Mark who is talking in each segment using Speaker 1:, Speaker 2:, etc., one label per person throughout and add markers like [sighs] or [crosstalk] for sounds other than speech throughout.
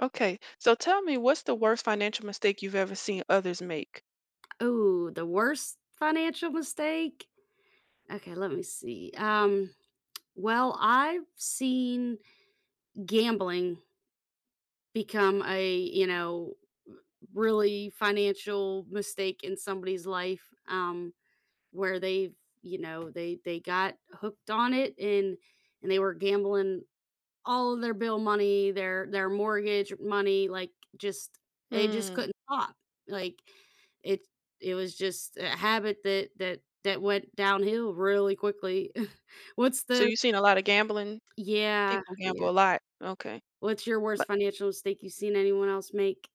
Speaker 1: Okay, so tell me, what's the worst financial mistake you've ever seen others make?
Speaker 2: Oh, the worst financial mistake? Okay, let me see. Well, I've seen gambling become a, really financial mistake in somebody's life where they've, they got hooked on it and they were gambling all of their bill money, their mortgage money, like, just they just
Speaker 1: Mm,
Speaker 2: couldn't stop. Like, it it was just a habit that went downhill really quickly. [laughs] What's
Speaker 1: so
Speaker 2: the
Speaker 1: you've seen a lot of gambling?
Speaker 2: Yeah,
Speaker 1: People
Speaker 2: yeah.
Speaker 1: gamble a lot. Okay.
Speaker 2: What's your worst financial mistake you've seen anyone else make?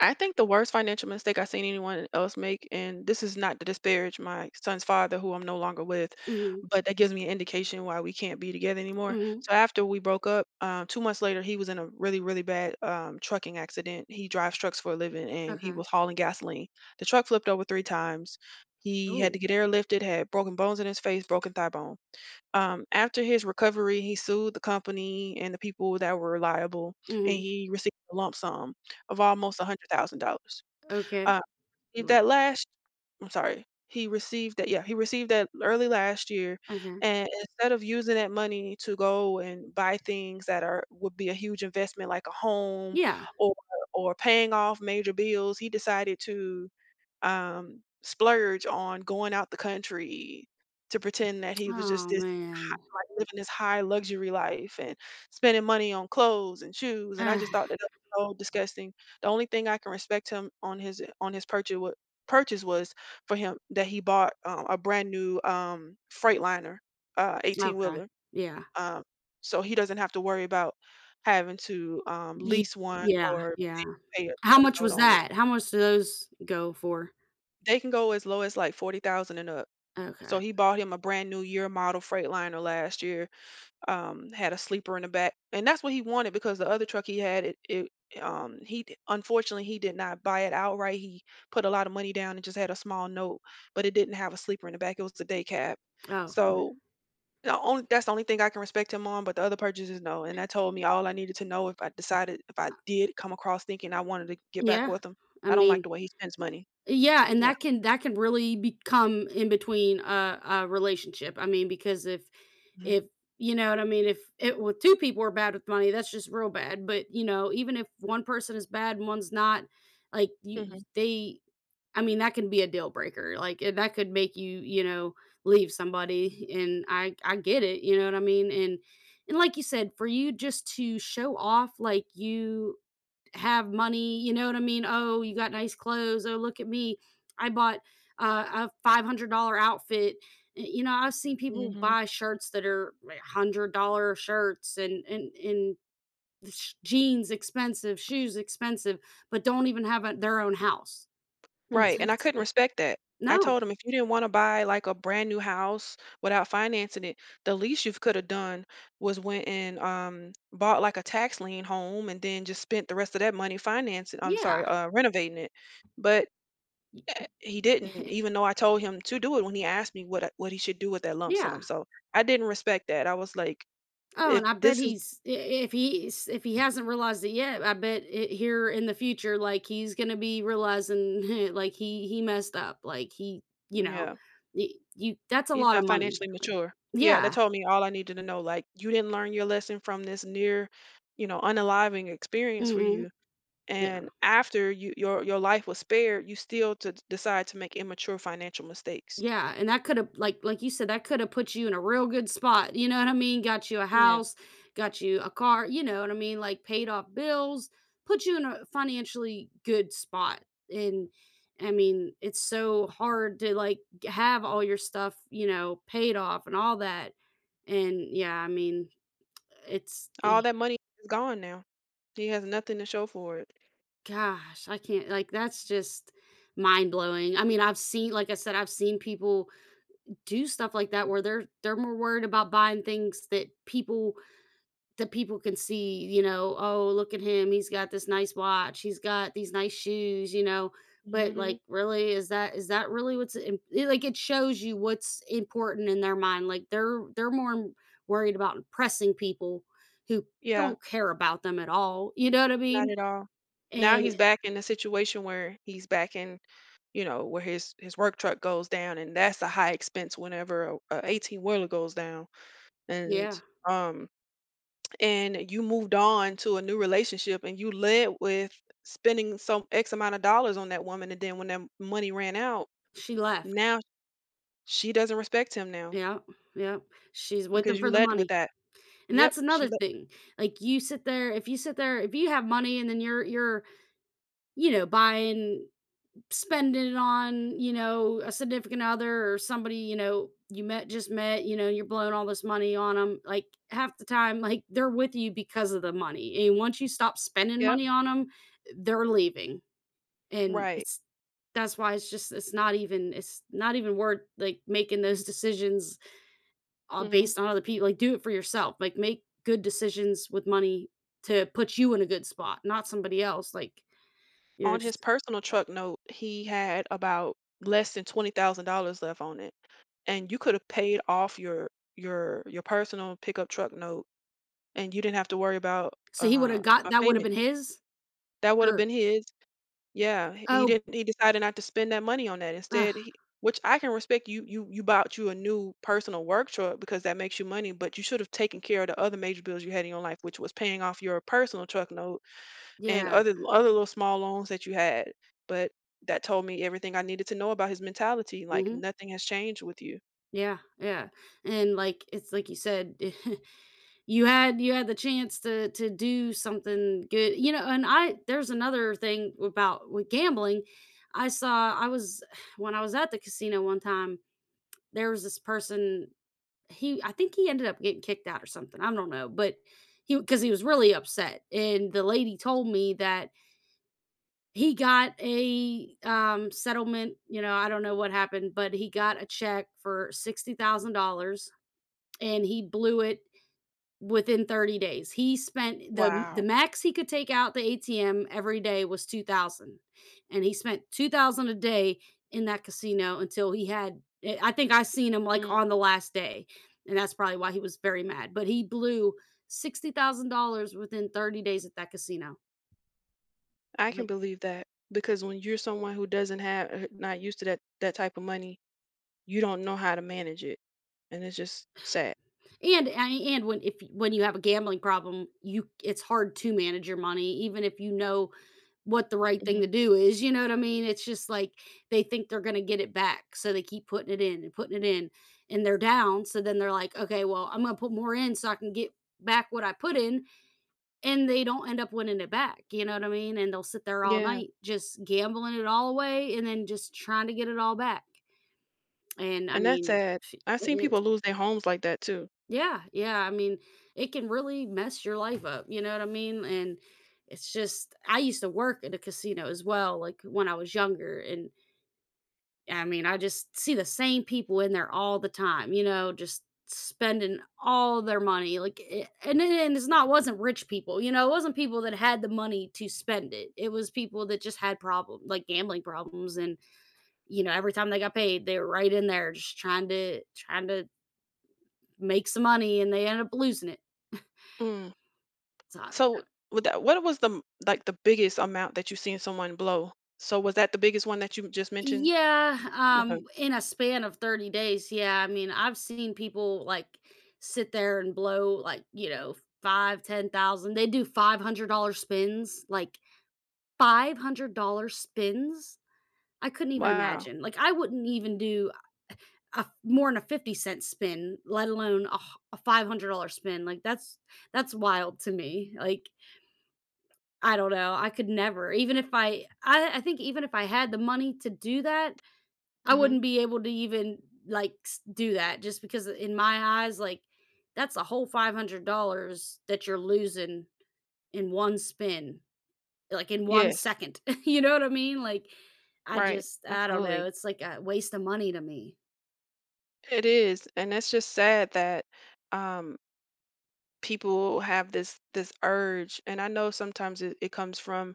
Speaker 1: I think the worst financial mistake I've seen anyone else make, and this is not to disparage my son's father, who I'm no longer with,
Speaker 2: Mhm,
Speaker 1: but that gives me an indication why we can't be together anymore.
Speaker 2: mhm,
Speaker 1: So after we broke up, 2 months later, he was in a really, really bad trucking accident. He drives trucks for a living, and he
Speaker 2: okay.
Speaker 1: was hauling gasoline. The truck flipped over three times. He had to
Speaker 2: Oh.
Speaker 1: get airlifted, had broken bones in his face, broken thigh bone. After his recovery, he sued the company and the people that were liable, and
Speaker 2: Mhm,
Speaker 1: he received a lump sum of almost $100,000. Uh,
Speaker 2: okay.
Speaker 1: if
Speaker 2: Would
Speaker 1: that last I'm sorry, he received that, yeah, he received that early last year,
Speaker 2: Okay.
Speaker 1: and instead of using that money to go and buy things that are would be a huge investment like a home
Speaker 2: Yeah.
Speaker 1: or or paying off major bills, he decided to splurge on going out the country to pretend that he was just
Speaker 2: Oh,
Speaker 1: this
Speaker 2: man. [sighs]
Speaker 1: like living this high luxury life and spending money on clothes and shoes, and I
Speaker 2: Ah,
Speaker 1: just thought that that was so disgusting. The only thing I can respect him on his purchase was for him that he bought, a brand new, Freightliner, 18
Speaker 2: okay.
Speaker 1: wheeler,
Speaker 2: Yeah.
Speaker 1: um, so he doesn't have to worry about having to,
Speaker 2: Ye
Speaker 1: lease one
Speaker 2: Yeah,
Speaker 1: or
Speaker 2: yeah.
Speaker 1: pay a
Speaker 2: How
Speaker 1: truck
Speaker 2: much
Speaker 1: note
Speaker 2: was
Speaker 1: on it.
Speaker 2: that? How much do those go for?
Speaker 1: They can go as low as, like, 40,000 and up.
Speaker 2: Okay.
Speaker 1: So he bought him a brand new year model Freightliner last year, had a sleeper in the back, and that's what he wanted because the other truck he had it. Um he d- Unfortunately, he did not buy it outright. He put a lot of money down and just had a small note, but it didn't have a sleeper in the back. It was a day cab.
Speaker 2: Oh,
Speaker 1: So the only that's the only thing I can respect him on, but the other purchases no. And that told me all I needed to know if I decided if I did come across thinking I wanted to get back
Speaker 2: yeah.
Speaker 1: with him.
Speaker 2: I
Speaker 1: I don't like
Speaker 2: mean,
Speaker 1: the way he spends money.
Speaker 2: yeah, and
Speaker 1: Yeah.
Speaker 2: that can really become in between a relationship. I mean, because if
Speaker 1: Hmm.
Speaker 2: if you know what I mean, if it well, two people are bad with money, that's just real bad. But you know, even if one person is bad and one's not, like you,
Speaker 1: Hmm.
Speaker 2: you- they I mean, that can be a deal breaker, like, that could make you, leave somebody, and I get it, you know what I mean? And like you said, for you just to show off like you have money, you know what I mean? "Oh, you got nice clothes. Oh, look at me. I bought a $500 outfit." Y You know, I've seen people
Speaker 1: Hmm.
Speaker 2: buy shirts that are, like, $100 shirts and sh jeans expensive, shoes expensive, but don't even have a their own house, [laughs] and
Speaker 1: Right,
Speaker 2: so
Speaker 1: and I
Speaker 2: it's
Speaker 1: couldn't respect that.
Speaker 2: [laughs]
Speaker 1: I
Speaker 2: No.
Speaker 1: told him, "If you didn't wanna buy, like, a brand new house without financing it, the least you coulda done was went and, bought, like, a tax lien home and then just spent the rest of that money financing I'm
Speaker 2: Yeah.
Speaker 1: sorry, renovating it." But,
Speaker 2: [laughs]
Speaker 1: he didn't, even though I told him to do it when he asked me what he should do with that lump sum,
Speaker 2: Yeah.
Speaker 1: so I didn't respect that. I was like,
Speaker 2: Oh,
Speaker 1: "If
Speaker 2: and I bet
Speaker 1: this is."
Speaker 2: he's I if he's if he hasn't realized it yet, I bet it here in the future, like, he's gonna be realizing, [laughs] like, he messed up, like, he you know,
Speaker 1: Yeah.
Speaker 2: y you that's a
Speaker 1: He's
Speaker 2: lot of
Speaker 1: not
Speaker 2: money.
Speaker 1: financially mature. Yeah, that
Speaker 2: Yeah.
Speaker 1: told me all I needed to know, like, "You didn't learn your lesson from this near, you know, unaliving experience for
Speaker 2: Mhm.
Speaker 1: you,
Speaker 2: Yeah.
Speaker 1: and after you your life was spared, you still to decide to make immature financial mistakes."
Speaker 2: Yeah, and that coulda like you said, that coulda put you in a real good spot, you know what I mean? Got you a
Speaker 1: Yeah.
Speaker 2: house, got you a car, you know what I mean? Like, paid off bills, put you in a financially good spot, and, I mean, it's so hard to, like, g have all your stuff, you know, paid off and all that, and, yeah, I mean, it's
Speaker 1: All that money is gone now. He has nothing to show for it.
Speaker 2: gosh, I can't, like, that's just mind-blowing. I mean, I've seen, like I said, I've seen people do stuff like that where they're more worried about buying things that people can see, you know, oh, look at him, he's got this nice watch, he's got these nice shoes, you know, but
Speaker 1: Mhm.
Speaker 2: like really is that really like it shows you what's important in their mind. Like they're more worried about impressing people who
Speaker 1: Yeah,
Speaker 2: don't care about them at all. You know what I
Speaker 1: not
Speaker 2: mean?
Speaker 1: at all. Now he's
Speaker 2: And
Speaker 1: back in a situation where he's back in, you know, where his work truck goes down, and that's a high expense whenever a 18-wheeler goes down. And,
Speaker 2: yeah,
Speaker 1: um and you moved on to a new relationship and you led with spending some X amount of dollars on that woman, and then when that money ran out,
Speaker 2: she left.
Speaker 1: now she doesn't respect him now
Speaker 2: Yeah. Yeah. She's with
Speaker 1: because
Speaker 2: them
Speaker 1: you
Speaker 2: for the
Speaker 1: led with
Speaker 2: money.
Speaker 1: that.
Speaker 2: And
Speaker 1: Yep,
Speaker 2: that's
Speaker 1: she
Speaker 2: another
Speaker 1: le
Speaker 2: thing. Like, you sit there, if you have money, and then buying spending it on, you know, a significant other or somebody, you know, you met just met, you know, you're blowing all this money on them. Like half the time, like they're with you because of the money. And once you stop spending
Speaker 1: Yep,
Speaker 2: money on them, they're leaving. And
Speaker 1: right.
Speaker 2: it's that's why it's just it's not even worth, like, making those decisions
Speaker 1: Mhm.
Speaker 2: based on other people. Like, do it for yourself, like, make good decisions with money to put you in a good spot, not somebody else, like, you're
Speaker 1: On his
Speaker 2: just
Speaker 1: personal truck note, he had about less than $20,000 left on it, and you could've paid off your your personal pickup truck note, and you didn't have to worry about,
Speaker 2: so he
Speaker 1: uh,
Speaker 2: would've got
Speaker 1: a
Speaker 2: that would've
Speaker 1: payment.
Speaker 2: been his?
Speaker 1: That would've
Speaker 2: Or
Speaker 1: been his. Yeah, h he
Speaker 2: oh,
Speaker 1: didn't, he decided not to spend that money on that.
Speaker 2: ugh,
Speaker 1: Instead, he, which I can respect you you bought you a new personal work truck because that makes you money, but you should have taken care of the other major bills you had in your life, which was paying off your personal truck note and
Speaker 2: yeah,
Speaker 1: other little small loans that you had. But that told me everything I needed to know about his mentality, like
Speaker 2: mhm,
Speaker 1: nothing has changed with you.
Speaker 2: yeah, yeah, and, like, it's like you said, [laughs] you had the chance to do something good, you know, and I there's another thing about with gambling. I saw I was [sighs] When I was at the casino one time, there was this person, he I think he ended up getting kicked out or something. I don't know, but he because he was really upset, and the lady told me that he got a settlement. You know, I don't know what happened, but he got a check for $60,000, and he blew it within 30 days. He spent the
Speaker 1: Wow.
Speaker 2: max he could take out the ATM every day was 2,000, and he spent 2,000 a day in that casino until he had, I think I seen him, like,
Speaker 1: Mm,
Speaker 2: on the last day, and that's probably why he was very mad, but he blew $60,000 within 30 days at that casino.
Speaker 1: I can
Speaker 2: Like
Speaker 1: believe that because when you're someone who doesn't have not used to that type of money, you don't know how to manage it, and it's just sad.
Speaker 2: And I and when if When you have a gambling problem, you it's hard to manage your money, even if you know what the right thing to
Speaker 1: Mhm.
Speaker 2: do is, you know what I mean? It's just like they think they're going to get it back, so they keep putting it in and putting it in, and they're down, so then they're like, "Okay, well, I'm going to put more in so I can get back what I put in," and they don't end up winning it back, you know what I mean? And they'll sit there all
Speaker 1: Yeah,
Speaker 2: night just gambling it all away and then just trying to get it all back. And I
Speaker 1: and that's
Speaker 2: mean,
Speaker 1: sad.
Speaker 2: [sniffs]
Speaker 1: I've
Speaker 2: it
Speaker 1: seen people
Speaker 2: is.
Speaker 1: lose their homes like that too.
Speaker 2: Yeah, yeah. I mean, it can really mess your life up. You know what I mean? And it's just, I used to work at a casino as well, like when I was younger. And I mean, I just see the same people in there all the time, you know, just spending all their money. Like, and it's not, wasn't rich people, you know, it wasn't people that had the money to spend it. It was people that just had problems, like gambling problems. And, you know, every time they got paid, they were right in there just trying to make some money, and they ended up losing it.
Speaker 1: Mm.
Speaker 2: So
Speaker 1: So with that, what was like the biggest amount that you've seen someone blow? So was that the biggest one that you just mentioned?
Speaker 2: Yeah,
Speaker 1: Okay.
Speaker 2: in a span of 30 days. Yeah, I mean, I've seen people, like, sit there and blow, like, you know, 5, 10,000. They do $500 spins, like, $500 spins? I couldn't even
Speaker 1: Wow.
Speaker 2: imagine, like, I wouldn't even do a more than a 50 cent spin, let alone a $500 spin, like, that's wild to me, like, I don't know, I could never, even if I think even if I had the money to do that, I
Speaker 1: Hmm.
Speaker 2: wouldn't be able to even, like, s do that, just because in my eyes, like, that's a whole $500 that you're losing in one spin, like, in 1
Speaker 1: Yes.
Speaker 2: second, [laughs] you know what I mean? Like,
Speaker 1: Right.
Speaker 2: I don't know,
Speaker 1: Absolutely.
Speaker 2: it's like a waste of money to me.
Speaker 1: It is, and that's just sad that um, people have this this urge, and I know sometimes it comes from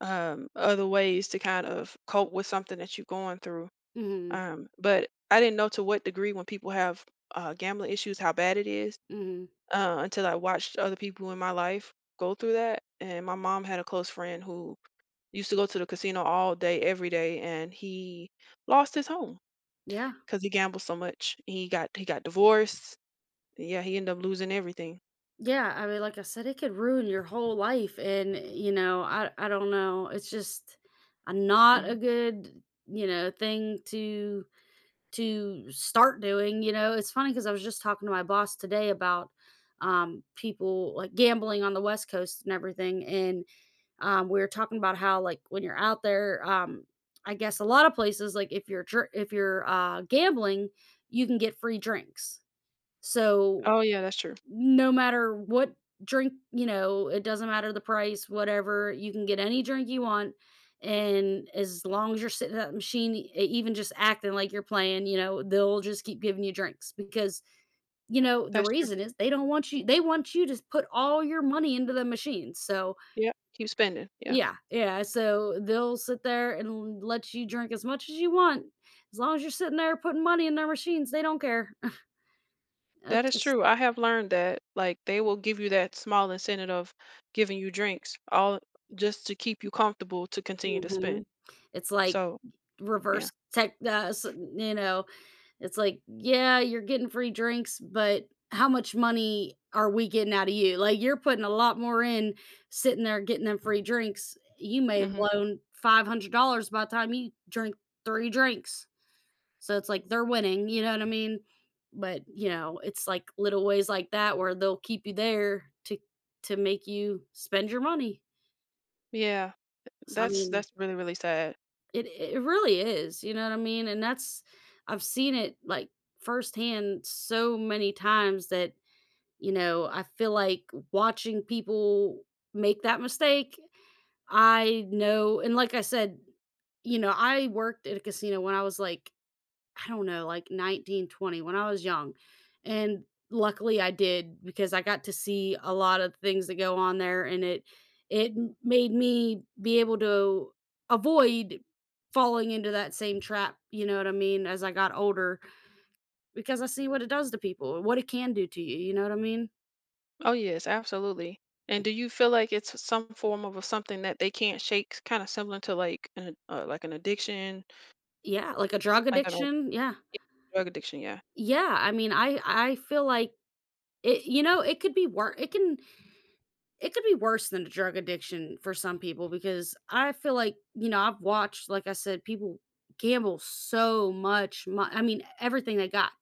Speaker 1: other ways to kind of cope with something that you're going through.
Speaker 2: Mhm,
Speaker 1: But I didn't know to what degree when people have gambling issues how bad it is
Speaker 2: mhm.
Speaker 1: until I watched other people in my life go through that. And my mom had a close friend who used to go to the casino all day every day, and he lost his home
Speaker 2: Yeah,
Speaker 1: because he gambled so much. He got, he got divorced. Yeah, he ended up losing everything.
Speaker 2: yeah, I mean, like I said, it could ruin your whole life, and, you know, I don't know, it's just, not a
Speaker 1: Mhm.
Speaker 2: good, you know, thing to start doing. You know, it's funny because I was just talking to my boss today about, people, like, gambling on the West Coast and everything, and, we were talking about how, like, when you're out there, I guess a lot of places, like, if you're dr if you're, gambling, you can get free drinks. So
Speaker 1: Oh yeah, that's true.
Speaker 2: no matter what drink, you know, it doesn't matter the price, whatever, you can get any drink you want. And as long as you're sitting at that machine, even just acting like you're playing, you know, they'll just keep giving you drinks because, you know, the
Speaker 1: That's true,
Speaker 2: reason is they don't want you, they want you to put all your money into the machine. So,
Speaker 1: yeah, keep spending, yeah.
Speaker 2: yeah, yeah. So they'll sit there and let you drink as much as you want. As long as you're sitting there putting money in their machines, they don't care. [laughs]
Speaker 1: That
Speaker 2: That's
Speaker 1: is
Speaker 2: just,
Speaker 1: true. I have learned that like they will give you that small incentive of giving you drinks all just to keep you comfortable to continue to
Speaker 2: hmm
Speaker 1: spend.
Speaker 2: it's like
Speaker 1: So, yeah.
Speaker 2: reverse tech, s you know, it's like, "Yeah, you're getting free drinks, but how much money are we getting out of you? Like, you're putting a lot more in sitting there getting them free drinks. You may have
Speaker 1: Mhm.
Speaker 2: blown $500 by the time you drink 3 drinks." So it's like they're winning, you know what I mean? But, you know, it's like little ways like that where they'll keep you there to make you spend your money.
Speaker 1: Yeah.
Speaker 2: So, I mean,
Speaker 1: That's really really sad.
Speaker 2: it really is, you know what I mean? And that's I've seen it, like, firsthand so many times that, you know, I feel like watching people make that mistake, I know, and like I said, you know, I worked at a casino when I was, like, I don't know, like 1920, when I was young. And luckily I did, because I got to see a lot of things that go on there, and it made me be able to avoid falling into that same trap, you know what I mean, as I got older, because I see what it does to people, what it can do to you, you know what I mean?
Speaker 1: Oh yes, absolutely. And do you feel like it's some form of a something that they can't shake, kind of similar to like an addiction,
Speaker 2: Yeah, like a drug
Speaker 1: like an
Speaker 2: addiction, yeah.
Speaker 1: yeah, drug addiction, yeah.
Speaker 2: Yeah, I mean, I feel like it you know, it could be worse. It could be worse than a drug addiction for some people, because I feel like, you know, I've watched, like I said, people gamble so much. I mean, everything they got.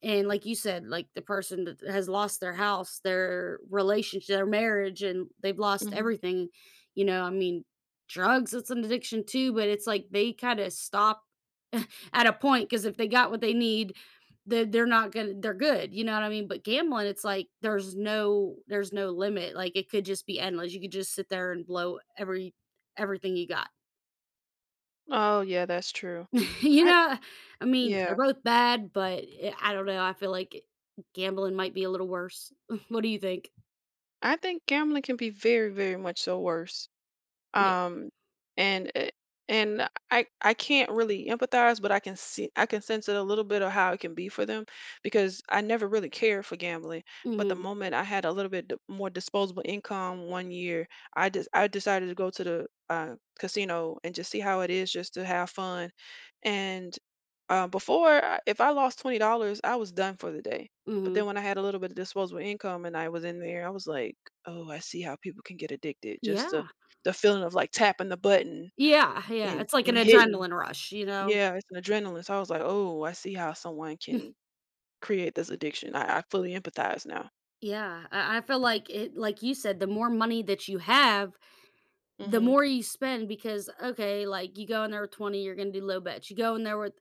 Speaker 2: And like you said, like the person that has lost their house, their relationship, their marriage, and they've lost
Speaker 1: Hmm.
Speaker 2: everything. You know, I mean, drugs, it's an addiction too, but it's like they kind of stop [laughs] at a point because if they got what they need, they're not gonna, they're good. You know what I mean? But gambling, it's like there's no limit. Like it could just be endless. You could just sit there and blow everything you got.
Speaker 1: Oh yeah, that's true.
Speaker 2: [laughs] You
Speaker 1: I
Speaker 2: know, I mean,
Speaker 1: Yeah,
Speaker 2: they're both bad, but I don't know, I feel like gambling might be a little worse. [laughs] What do you think?
Speaker 1: I think gambling can be very very much so worse.
Speaker 2: Yeah.
Speaker 1: Um and it- and I can't really empathize, but I can see, I can sense it a little bit of how it can be for them because I never really cared for gambling. But the
Speaker 2: Mhm,
Speaker 1: moment I had a little bit more disposable income one year, I decided to go to the casino and just see how it is just to have fun. And if I lost $20, I was done for the day. But
Speaker 2: mhm.
Speaker 1: then when I had a little bit of disposable income and I was in there, I was like, oh, I see how people can get addicted, just
Speaker 2: Yeah.
Speaker 1: the feeling of, like, tapping the button
Speaker 2: Yeah, yeah, it's like an
Speaker 1: and hitting.
Speaker 2: adrenaline rush, you know?
Speaker 1: Yeah, it's an adrenaline, so I was like, "Oh, I see how someone can
Speaker 2: [laughs]
Speaker 1: create this addiction." I fully empathize now.
Speaker 2: Yeah, I feel like it like you said, the more money that you have, the
Speaker 1: Mhm.
Speaker 2: more you spend because, okay, like, you go in there with 20, you're gonna do low bets. You go in there with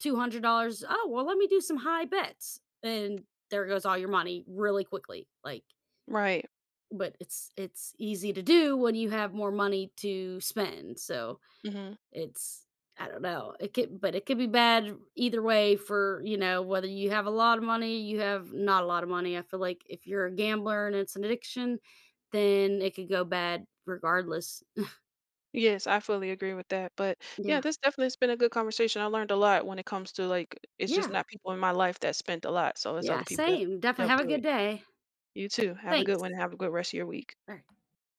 Speaker 2: $200, "Oh, well, let me do some high bets," and there goes all your money really quickly, like.
Speaker 1: Right.
Speaker 2: But it's easy to do when you have more money to spend, so
Speaker 1: Mhm.
Speaker 2: it's I don't know, it could but it could be bad either way for, you know, whether you have a lot of money, you have not a lot of money. I feel like if you're a gambler and it's an addiction, then it could go bad regardless.
Speaker 1: Yes, I fully agree with that, but, yeah,
Speaker 2: Yeah.
Speaker 1: this definitely has been a good conversation. I learned a lot when it comes to, like it's just
Speaker 2: Yeah.
Speaker 1: not people in my life that spent a lot, so it's
Speaker 2: Yeah,
Speaker 1: other people that
Speaker 2: same. Definitely
Speaker 1: dealt
Speaker 2: have a
Speaker 1: through it.
Speaker 2: good day.
Speaker 1: You too. Have a good
Speaker 2: Thanks.
Speaker 1: one, have a good rest of your week.
Speaker 2: Alright.